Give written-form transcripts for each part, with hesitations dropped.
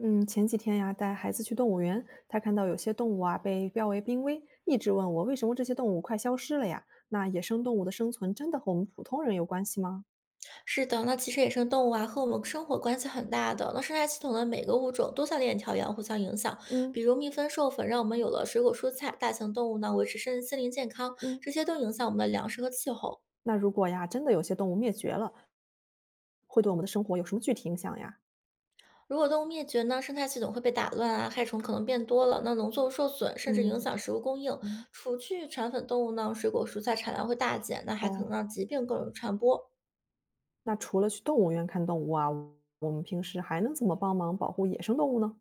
嗯，前几天呀，带孩子去动物园，他看到有些动物啊被标为濒危，一直问我为什么这些动物快消失了呀？那野生动物的生存真的和我们普通人有关系吗？是的，那其实野生动物啊和我们生活关系很大的。那生态系统的每个物种都像链条一样互相影响。嗯比如蜜蜂授粉，让我们有了水果蔬菜；大型动物呢维持森林健康，嗯，这些都影响我们的粮食和气候。那如果呀，真的有些动物灭绝了，会对我们的生活有什么具体影响呀？如果动物灭绝呢，生态系统会被打乱啊，害虫可能变多了，那农作物受损，甚至影嗯响食物供应。嗯，除去传粉动物呢，水果蔬菜产量会大减，那还可能哦，让疾病更容易传播。那除了去动物园看动物啊，我们平时还能怎么帮忙保护野生动物呢？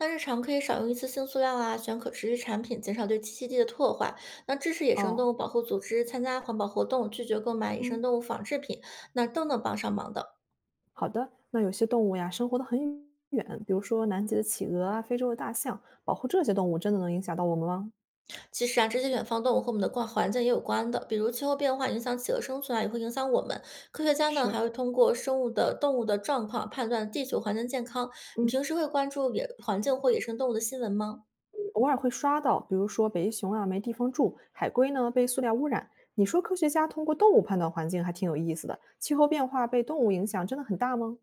那日常可以少用一次性塑料啊，选可持续产品，减少对栖息地的破坏。那支持野生哦，动物保护组织，参加环保活动，拒绝购买野嗯。生动物仿制品，那都能帮上忙的。好的，那有些动物呀，生活得很远，比如说南极的企鹅啊，非洲的大象，保护这些动物真的能影响到我们吗？其实啊，这些远方动物和我们的环境也有关的，比如气候变化影响企鹅生存啊，也会影响我们。科学家呢还是，会通过生物的动物的状况判断地球环境健康。你嗯，平时会关注野环境或野生动物的新闻吗？偶尔会刷到，比如说北极熊啊没地方住，海龟呢被塑料污染。你说科学家通过动物判断环境还挺有意思的，气候变化被动物影响真的很大吗？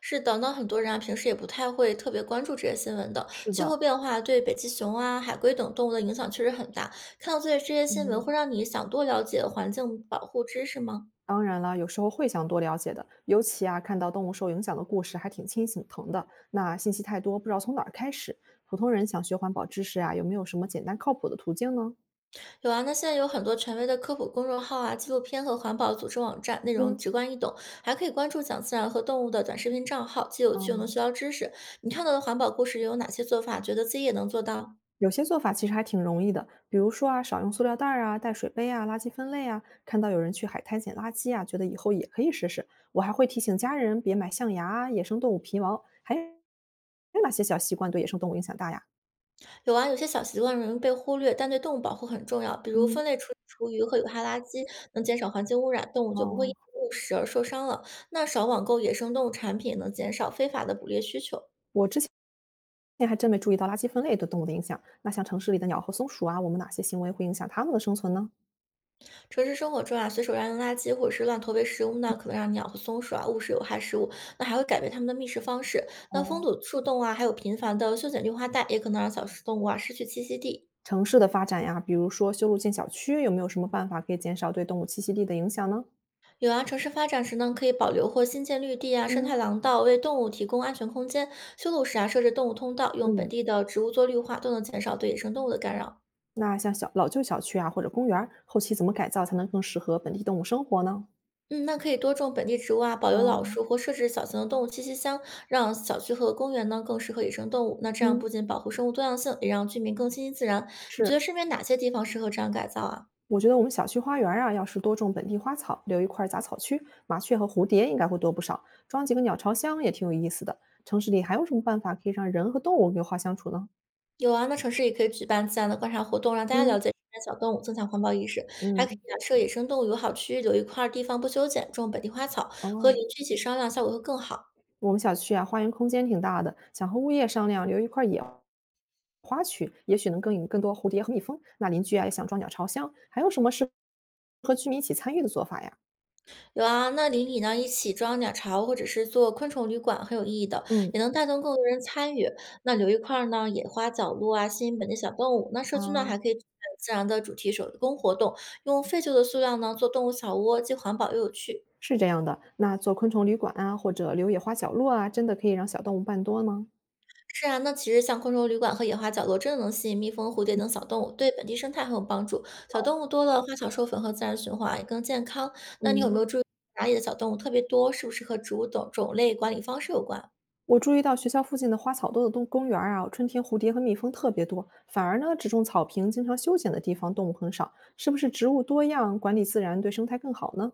是的，那很多人啊，平时也不太会特别关注这些新闻的。是气候的，变化对北极熊啊、海龟等动物的影响确实很大。看到这些新闻，嗯，会让你想多了解环境保护知识吗？当然了，有时候会想多了解的，尤其啊，看到动物受影响的故事还挺心疼的。那信息太多，不知道从哪儿开始。普通人想学环保知识啊，有没有什么简单靠谱的途径呢？有啊，那现在有很多权威的科普公众号啊、纪录片和环保组织网站，内容嗯，直观易懂，还可以关注讲自然和动物的短视频账号，既有趣又能嗯，学到知识。你看到的环保故事有哪些做法？觉得自己也能做到？有些做法其实还挺容易的，比如说啊，少用塑料袋儿啊，带水杯啊，垃圾分类啊。看到有人去海滩捡垃圾啊，觉得以后也可以试试。我还会提醒家人别买象牙啊、野生动物皮毛，还有哪些小习惯对野生动物影响大呀？有啊，有些小习惯容易被忽略，但对动物保护很重要。比如嗯，分类处理厨余和有害垃圾，能减少环境污染，动物就不会因哦，为误食而受伤了。那少网购野生动物产品，能减少非法的捕猎需求。我之前。那还真没注意到垃圾分类对动物的影响。那像城市里的鸟和松鼠啊，我们哪些行为会影响它们的生存呢？城市生活中啊，随手扔垃圾或者是乱投喂食物呢，可能让鸟和松鼠啊误食有害食物，那还会改变它们的觅食方式。那封哦，堵树洞啊，还有频繁的修剪绿化带，也可能让小动物啊失去栖息地。城市的发展呀，比如说修路建小区，有没有什么办法可以减少对动物栖息地的影响呢？有啊，城市发展时呢，可以保留或新建绿地啊、生嗯，态廊道，为动物提供安全空间；修路时啊，设置动物通道，用本嗯，地的植物做绿化，都能减少对野生动物的干扰。那像小老旧小区啊或者公园儿，后期怎么改造才能更适合本地动物生活呢？嗯，那可以多种本地植物啊，保留老哦，树或设置小型的动物栖息箱，让小区和公园呢更适合野生动物。那这样不嗯，仅保护生物多样性，也让居民更亲近自然。你觉得是，身边哪些地方适合这样改造啊？我觉得我们小区花园儿啊，要是多种本地花草，留一块儿杂草区，麻雀和蝴蝶应该会多不少。装几个鸟巢箱也挺有意思的。城市里还有什么办法可以让人和动物有话相处呢？有啊，那城市也可以举办自然的观察活动，让大家了嗯，解自然小动物，增强环保意识。还可嗯，以啊，设野生动物友好区域，留一块儿地方不修剪，种本地花草，和哦，邻居一起商量，效果会更好。我们小区啊，花园空间挺大的，想和物业商量留一块野花区，也许能更引更多蝴蝶和蜜蜂。那邻居啊也想装鸟巢箱，还有什么是和居民一起参与的做法呀？有啊，那邻里呢一起装鸟巢，或者是做昆虫旅馆，很有意义的，嗯，也能带动更多人参与。那留一块儿呢野花角落啊，吸引本地小动物。那社区呢啊，还可以举办自然的主题手工活动，用废旧的塑料呢做动物小窝，既环保又有趣。是这样的，那做昆虫旅馆啊，或者留野花角落啊，真的可以让小动物办多吗？是啊，那其实像昆虫旅馆和野花角落，真的能吸引蜜蜂、蝴蝶等小动物，对本地生态很有帮助。小动物多了，花草授粉和自然循环也更健康。那你有没有嗯，注意哪里的小动物特别多？是不是和植物种类管理方式有关？我注意到学校附近的花草多的动公园儿啊，春天蝴蝶和蜜蜂特别多，反而呢，只种草坪、经常修剪的地方动物很少，是不是植物多样管理自然对生态更好呢？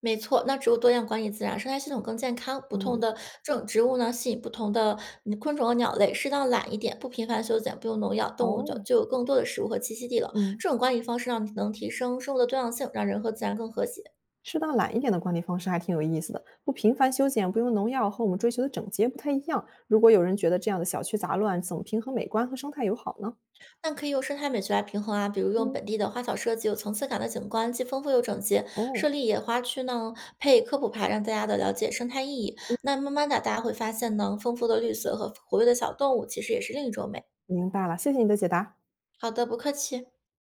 没错，那植物多样管理自然生态系统更健康。不同嗯，的这种植物呢，吸引不同的昆虫和鸟类，适当懒一点，不频繁修剪，不用农药，动物就哦，就有更多的食物和栖息地了。嗯，这种管理方式让你能提升生物的多样性，让人和自然更和谐。适当懒一点的管理方式还挺有意思的。不频繁修剪，不用农药，和我们追求的整洁不太一样。如果有人觉得这样的小区杂乱，怎么平衡美观和生态友好呢？那可以用生态美学来平衡啊，比如用嗯，本地的花草设计，有层次感的景观，既丰富又整洁；哦，设立野花区呢，配科普牌，让大家的了解生态意义。那慢慢的，大家会发现呢，丰富的绿色和活跃的小动物，其实也是另一种美。明白了，谢谢你的解答。好的，不客气。